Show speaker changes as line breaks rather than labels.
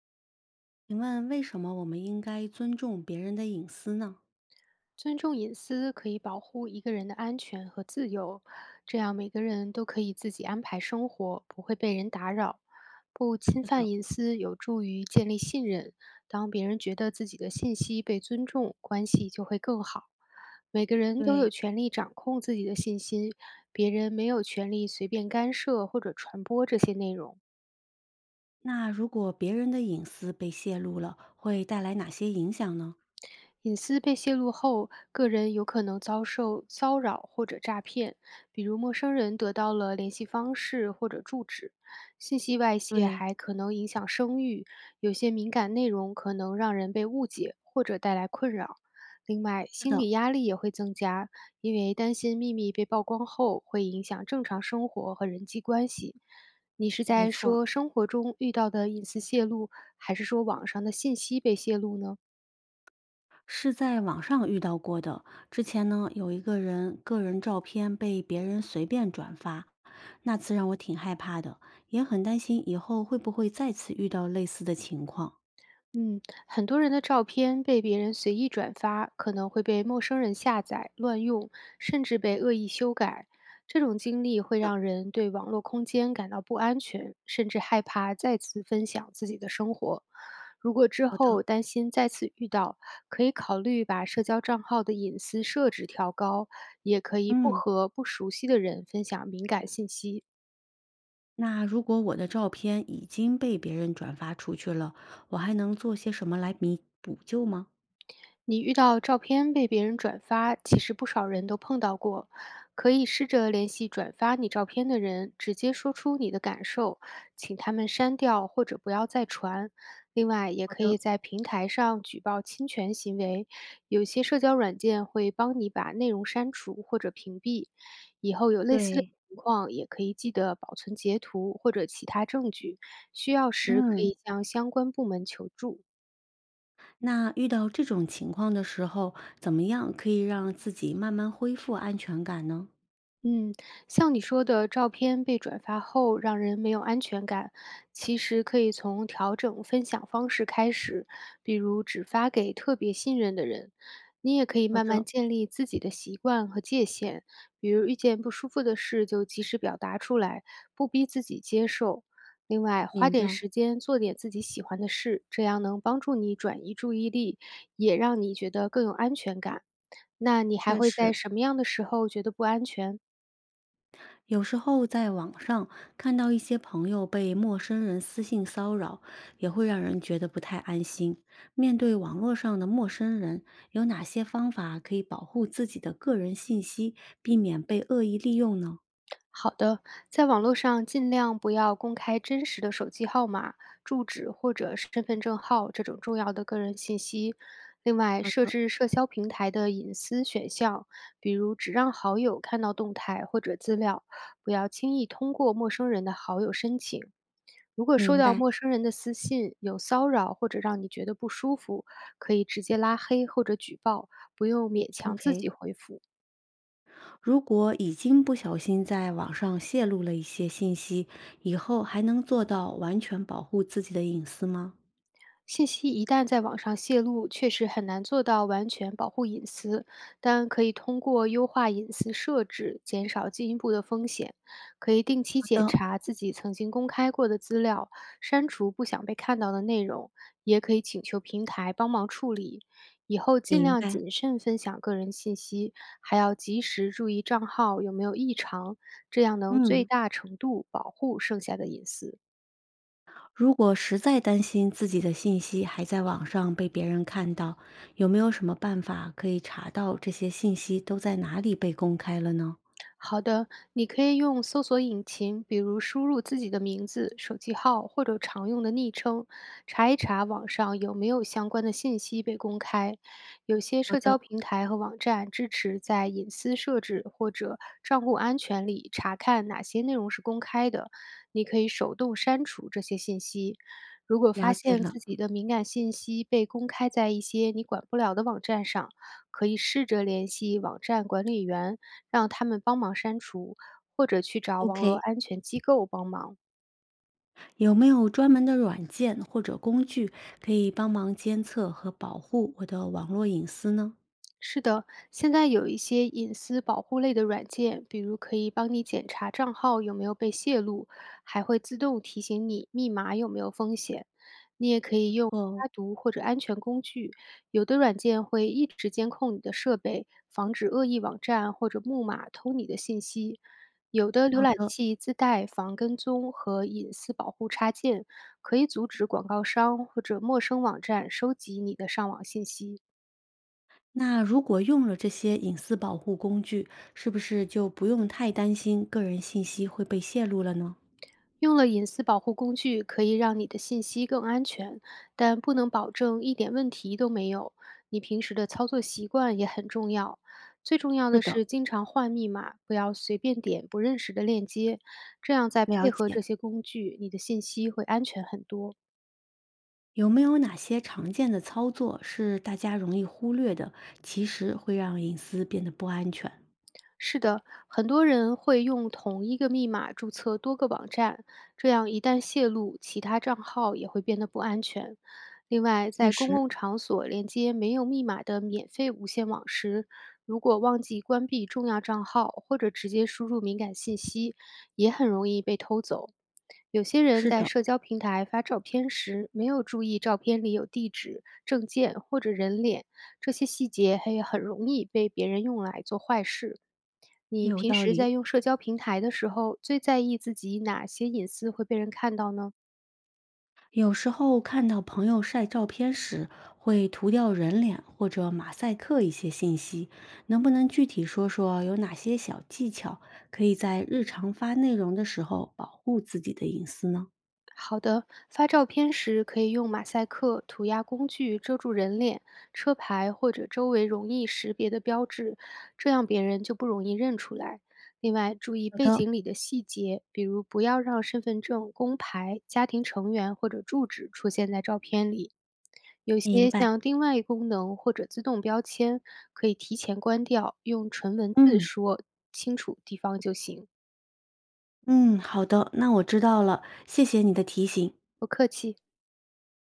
请问为什么我们应该尊重别人的隐私呢？
尊重隐私可以保护一个人的安全和自由，这样每个人都可以自己安排生活，不会被人打扰。不侵
是
犯
的，
隐私有助于建立信任。当别人觉得自己的信息被尊重，关系就会更好。每个人都有
对。
权利掌控自己的信息，别人没有权利随便干涉或者传播这些内容。
那如果别人的隐私被泄露了，会带来哪些影响呢？
隐私被泄露后，个人有可能遭受骚扰或者诈骗，比如陌生人得到了联系方式或者住址。信息外泄
对，
还可能影响声誉，有些敏感内容可能让人被误解或者带来困扰。另外，
是
心
的，
理压力也会增加，因为担心秘密被曝光后会影响正常生活和人际关系。你是
没
在
错儿。
说生活中遇到的隐私泄露，还是说网上的信息被泄露呢？
是在网上遇到过的。之前呢，有一个人个人照片被别人随便转发，那次让我挺害怕的，也很担心以后会不会再次遇到类似的情况。
嗯，很多人的照片被别人随意转发，可能会被陌生人下载、乱用，甚至被恶意修改。这种经历会
的，
让人对网络空间感到不安全，甚至害怕再次分享自己的生活。如果之
好的。
后担心再次遇到，可以考虑把社交账号的隐私设置调高，也可以不
嗯，
和不熟悉的人分享敏感信息。
那如果我的照片已经被别人转发出去了，我还能做些什么来弥补救吗？
你遇到照片被别人转发，其实不少人都碰到过。可以试着联系转发你照片的人，直接说出你的感受，请他们删掉或者不要再传。另外，也
好
可以
的，
在平台上举报侵权行为，有些社交软件会帮你把内容删除或者屏蔽。以后有类似的
对，
情况，也可以记得保存截图或者其他证据，需要时可
嗯。
以向相关部门求助。
那遇到这种情况的时候，怎么样可以让自己慢慢恢复安全感呢？
嗯，像你说的，照片被转发后让人没有安全感，其实可以从调整分享方式开始，比如只发给特别信任的人。你也可以
好
慢慢
的，
建立自己的习惯和界限，比如遇见不舒服的事就及时表达出来，不逼自己接受。另外，花
明
点
白，
时间做点自己喜欢的事，这样能帮助你转移注意力，也让你觉得更有安全感。那你还
确
会在
实。
什么样的时候觉得不安全？
有时候在网上看到一些朋友被陌生人私信骚扰，也会让人觉得不太安心。面对网络上的陌生人，有哪些方法可以保护自己的个人信息，避免被恶意利用呢？
好的，在网络上尽量不要公开真实的手机号码、住址或者是身份证号这种重要的个人信息。另外，
好
设
的，
置社交平台的隐私选项，比如只让好友看到动态或者资料，不要轻易通过陌生人的好友申请。如果收
明
到
白。
陌生人的私信，有骚扰或者让你觉得不舒服，可以直接拉黑或者举报，不用勉强自己
OK，
回复。
如果已经不小心在网上泄露了一些信息，以后还能做到完全保护自己的隐私吗？
信息一旦在网上泄露，确实很难做到完全保护隐私，但可以通过优化隐私设置，减少进一步的风险。可以定期
好
检
的，
查自己曾经公开过的资料，删除不想被看到的内容，也可以请求平台帮忙处理。以后尽
明
量
白。
谨慎分享个人信息，还要及时注意账号有没有异常，这样能最
嗯，
大程度保护剩下的隐私。
如果实在担心自己的信息还在网上被别人看到，有没有什么办法可以查到这些信息都在哪里被公开了呢？
好的，你可以用搜索引擎，比如输入自己的名字、手机号或者常用的昵称，查一查网上有没有相关的信息被公开。有些
好
社交
的，
平台和网站支持在隐私设置或者账户安全里查看哪些内容是公开的，你可以手动删除这些信息。如果
了
发
解
现
了。
自己的敏感信息被公开在一些你管不了的网站上，可以试着联系网站管理员让他们帮忙删除，或者去找网络
OK，
安全机构帮忙。
有没有专门的软件或者工具可以帮忙监测和保护我的网络隐私呢？
是的，现在有一些隐私保护类的软件，比如可以帮你检查账号有没有被泄露，还会自动提醒你密码有没有风险。你也可以用
哦，
杀毒或者安全工具，有的软件会一直监控你的设备，防止恶意网站或者木马偷你的信息。有的浏
好
览
的。
器自带防跟踪和隐私保护插件，可以阻止广告商或者陌生网站收集你的上网信息。
那如果用了这些隐私保护工具，是不是就不用太担心个人信息会被泄露了呢？
用了隐私保护工具，可以让你的信息更安全，但不能保证一点问题都没有。你平时的操作习惯也很重要。最重要
是
的
的，
是经常换密码，不要随便点不认识的链接，这样再
了
配合这
解。
些工具，你的信息会安全很多。
有没有哪些常见的操作是大家容易忽略的，其实会让隐私变得不安全？
是的，很多人会用同一个密码注册多个网站，这样一旦泄露，其他账号也会变得不安全。另外，
确
在公
实，
共场所连接没有密码的免费无线网时，如果忘记关闭重要账号或者直接输入敏感信息，也很容易被偷走。有些人
是
在
的，
社交平台发照片时，没有注意照片里有地址、证件或者人脸，这些细节还也很容易被别人用来做坏事。
也
你
有
平
道
时在
理。
用社交平台的时候，最在意自己哪些隐私会被人看到呢？
有时候看到朋友晒照片时，会涂掉人脸或者马赛克一些信息，能不能具体说说有哪些小技巧，可以在日常发内容的时候保护自己的隐私呢？
好的，发照片时可以用马赛克、涂鸦工具遮住人脸、车牌或者周围容易识别的标志，这样别人就不容易认出来。另外，注意
好
背
的，
景里的细节，比如不要让身份证、工牌、家庭成员或者住址出现在照片里。有
明
些
白。
像定位功能或者自动标签，可以提前关掉，用纯文字
嗯
说清楚地方就行。
嗯，好的，那我知道了，谢谢你的提醒。
不客气。